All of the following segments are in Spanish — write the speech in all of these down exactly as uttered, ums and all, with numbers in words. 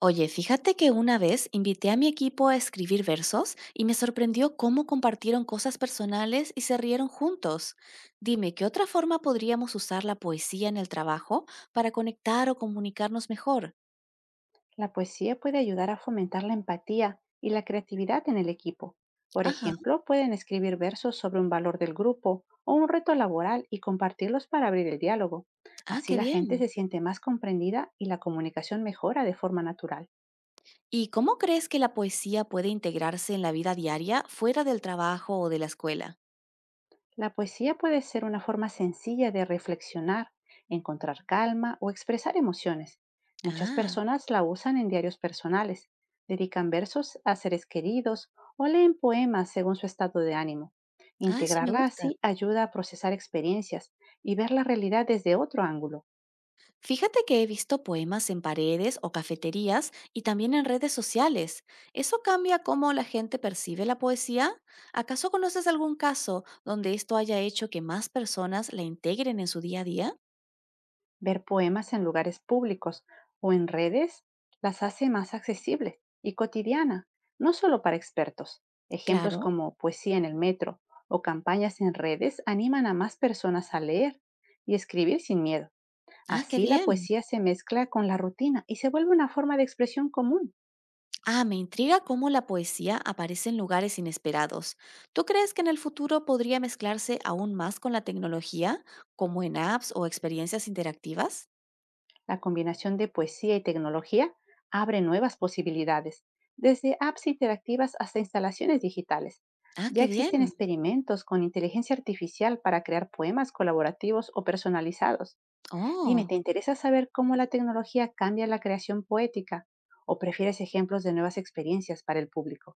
Oye, fíjate que una vez invité a mi equipo a escribir versos y me sorprendió cómo compartieron cosas personales y se rieron juntos. Dime, ¿qué otra forma podríamos usar la poesía en el trabajo para conectar o comunicarnos mejor? La poesía puede ayudar a fomentar la empatía y la creatividad en el equipo. Por Ajá, ejemplo, pueden escribir versos sobre un valor del grupo o un reto laboral y compartirlos para abrir el diálogo. ah, Así qué la gente bien. se siente más comprendida y la comunicación mejora de forma natural. ¿Y cómo crees que la poesía puede integrarse en la vida diaria fuera del trabajo o de la escuela? La poesía puede ser una forma sencilla de reflexionar, encontrar calma o expresar emociones. Muchas Ah, personas la usan en diarios personales, dedican versos a seres queridos o leen poemas según su estado de ánimo. ah, eso me Integrarla gusta. así ayuda a procesar experiencias y ver la realidad desde otro ángulo. Fíjate que he visto poemas en paredes o cafeterías y también en redes sociales. ¿Eso cambia cómo la gente percibe la poesía? ¿Acaso conoces algún caso donde esto haya hecho que más personas la integren en su día a día? Ver poemas en lugares públicos o en redes las hace más accesible y cotidiana, no solo para expertos. Ejemplos Claro. como poesía en el metro o campañas en redes animan a más personas a leer y escribir sin miedo. Ah, qué Así la bien. poesía se mezcla con la rutina y se vuelve una forma de expresión común. Ah, me intriga cómo la poesía aparece en lugares inesperados. ¿Tú crees que en el futuro podría mezclarse aún más con la tecnología, como en apps o experiencias interactivas? La combinación de poesía y tecnología abre nuevas posibilidades, desde apps interactivas hasta instalaciones digitales. Ah, Ya qué existen bien. experimentos con inteligencia artificial para crear poemas colaborativos o personalizados. Dime, ¿te Oh. interesa saber cómo la tecnología cambia la creación poética? ¿O prefieres ejemplos de nuevas experiencias para el público?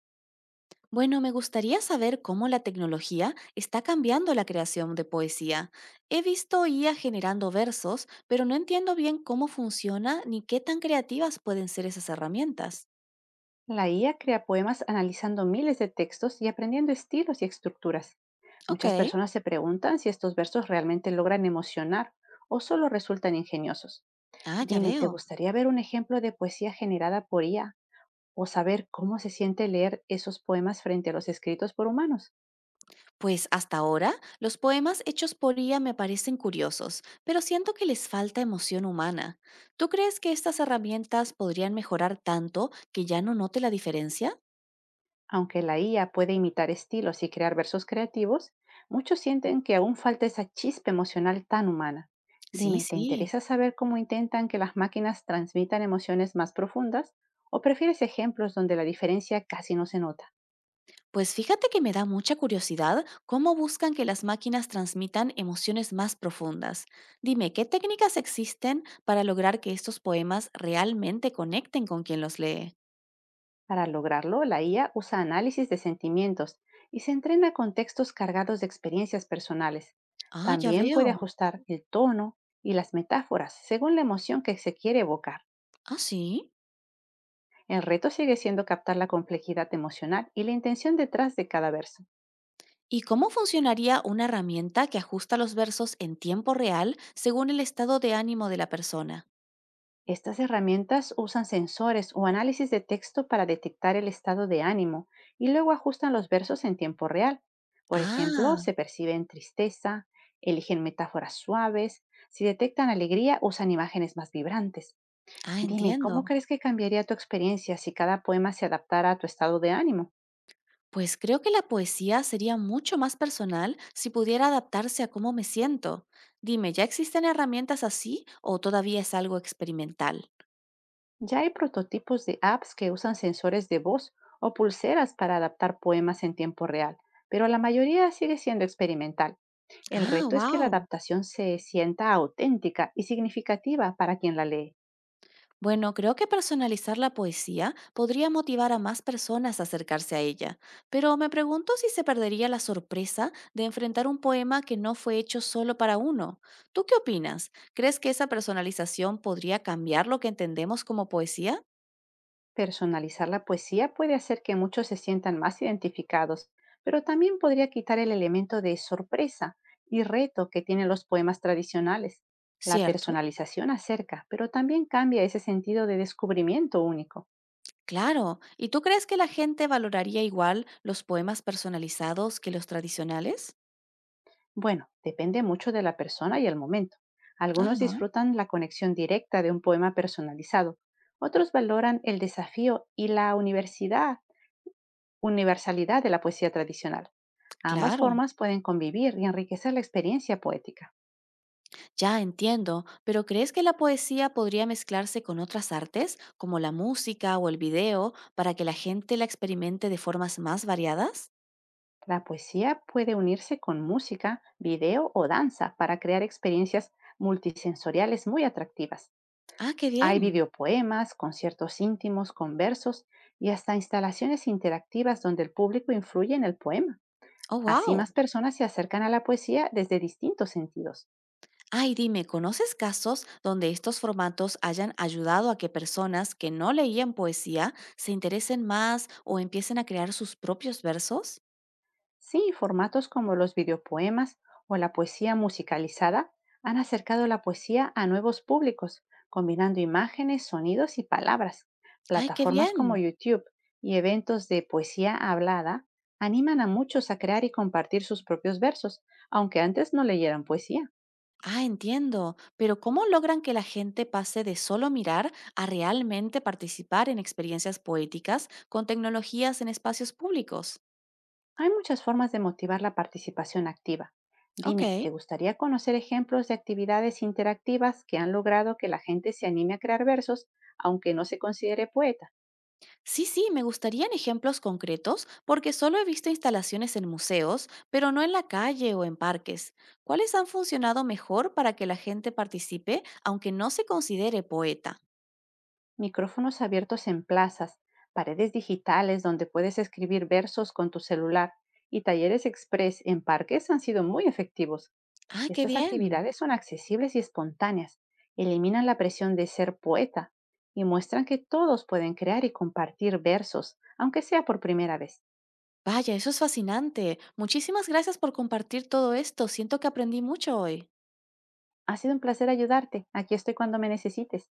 Bueno, me gustaría saber cómo la tecnología está cambiando la creación de poesía. He visto I A generando versos, pero no entiendo bien cómo funciona ni qué tan creativas pueden ser esas herramientas. La I A crea poemas analizando miles de textos y aprendiendo estilos y estructuras. Ok. Muchas personas se preguntan si estos versos realmente logran emocionar o solo resultan ingeniosos. Ah, ya Dime, ¿te veo. gustaría ver un ejemplo de poesía generada por I A o saber cómo se siente leer esos poemas frente a los escritos por humanos? Pues hasta ahora, los poemas hechos por I A me parecen curiosos, pero siento que les falta emoción humana. ¿Tú crees que estas herramientas podrían mejorar tanto que ya no note la diferencia? Aunque la I A puede imitar estilos y crear versos creativos, muchos sienten que aún falta esa chispa emocional tan humana. Sí, Dime, ¿te sí. interesa saber cómo intentan que las máquinas transmitan emociones más profundas? ¿O prefieres ejemplos donde la diferencia casi no se nota? Pues fíjate que me da mucha curiosidad cómo buscan que las máquinas transmitan emociones más profundas. Dime, ¿qué técnicas existen para lograr que estos poemas realmente conecten con quien los lee? Para lograrlo, la I A usa análisis de sentimientos y se entrena con textos cargados de experiencias personales. Ah, ya También puede veo. ajustar el tono y las metáforas según la emoción que se quiere evocar. Ah, sí. El reto sigue siendo captar la complejidad emocional y la intención detrás de cada verso. ¿Y cómo funcionaría una herramienta que ajusta los versos en tiempo real según el estado de ánimo de la persona? Estas herramientas usan sensores o análisis de texto para detectar el estado de ánimo y luego ajustan los versos en tiempo real. Por ejemplo, Ah, se perciben tristeza, eligen metáforas suaves, si detectan alegría usan imágenes más vibrantes. ah, Dime, ¿cómo entiendo. crees que cambiaría tu experiencia si cada poema se adaptara a tu estado de ánimo? Pues creo que la poesía sería mucho más personal si pudiera adaptarse a cómo me siento. Dime, ¿ya existen herramientas así o todavía es algo experimental? Ya hay prototipos de apps que usan sensores de voz o pulseras para adaptar poemas en tiempo real, pero la mayoría sigue siendo experimental. El Ah, reto es que la wow. adaptación se sienta auténtica y significativa para quien la lee. Bueno, creo que personalizar la poesía podría motivar a más personas a acercarse a ella, pero me pregunto si se perdería la sorpresa de enfrentar un poema que no fue hecho solo para uno. ¿Tú qué opinas? ¿Crees que esa personalización podría cambiar lo que entendemos como poesía? Personalizar la poesía puede hacer que muchos se sientan más identificados, pero también podría quitar el elemento de sorpresa y reto que tienen los poemas tradicionales. La Cierto. personalización acerca, pero también cambia ese sentido de descubrimiento único. Claro. ¿Y tú crees que la gente valoraría igual los poemas personalizados que los tradicionales? Bueno, depende mucho de la persona y el momento. Algunos Ajá, disfrutan la conexión directa de un poema personalizado, otros valoran el desafío y la universidad- universalidad de la poesía tradicional. Ambas claro, formas pueden convivir y enriquecer la experiencia poética. ya entiendo, pero ¿crees que la poesía podría mezclarse con otras artes, como la música o el video, para que la gente la experimente de formas más variadas? La poesía puede unirse con música, video o danza para crear experiencias multisensoriales muy atractivas. Ah, qué Hay bien. videopoemas, conciertos íntimos con versos y hasta instalaciones interactivas donde el público influye en el poema. Oh, Así wow. más personas se acercan a la poesía desde distintos sentidos. Ay, dime, ¿conoces casos donde estos formatos hayan ayudado a que personas que no leían poesía se interesen más o empiecen a crear sus propios versos? Sí, formatos como los videopoemas o la poesía musicalizada han acercado la poesía a nuevos públicos, combinando imágenes, sonidos y palabras. Ay, qué Plataformas como bien. YouTube y eventos de poesía hablada animan a muchos a crear y compartir sus propios versos, aunque antes no leyeran poesía. Ah, entiendo. Pero ¿cómo logran que la gente pase de solo mirar a realmente participar en experiencias poéticas con tecnologías en espacios públicos? Hay muchas formas de motivar la participación activa. Ok. Dime, ¿te gustaría conocer ejemplos de actividades interactivas que han logrado que la gente se anime a crear versos, aunque no se considere poeta? Sí, sí, me gustarían ejemplos concretos porque solo he visto instalaciones en museos, pero no en la calle o en parques. ¿Cuáles han funcionado mejor para que la gente participe aunque no se considere poeta? Micrófonos abiertos en plazas, paredes digitales donde puedes escribir versos con tu celular y talleres express en parques han sido muy efectivos. Ah, qué Estas bien. actividades son accesibles y espontáneas, eliminan la presión de ser poeta y muestran que todos pueden crear y compartir versos, aunque sea por primera vez. Vaya, eso es fascinante. Muchísimas gracias por compartir todo esto. Siento que aprendí mucho hoy. Ha sido un placer ayudarte. Aquí estoy cuando me necesites.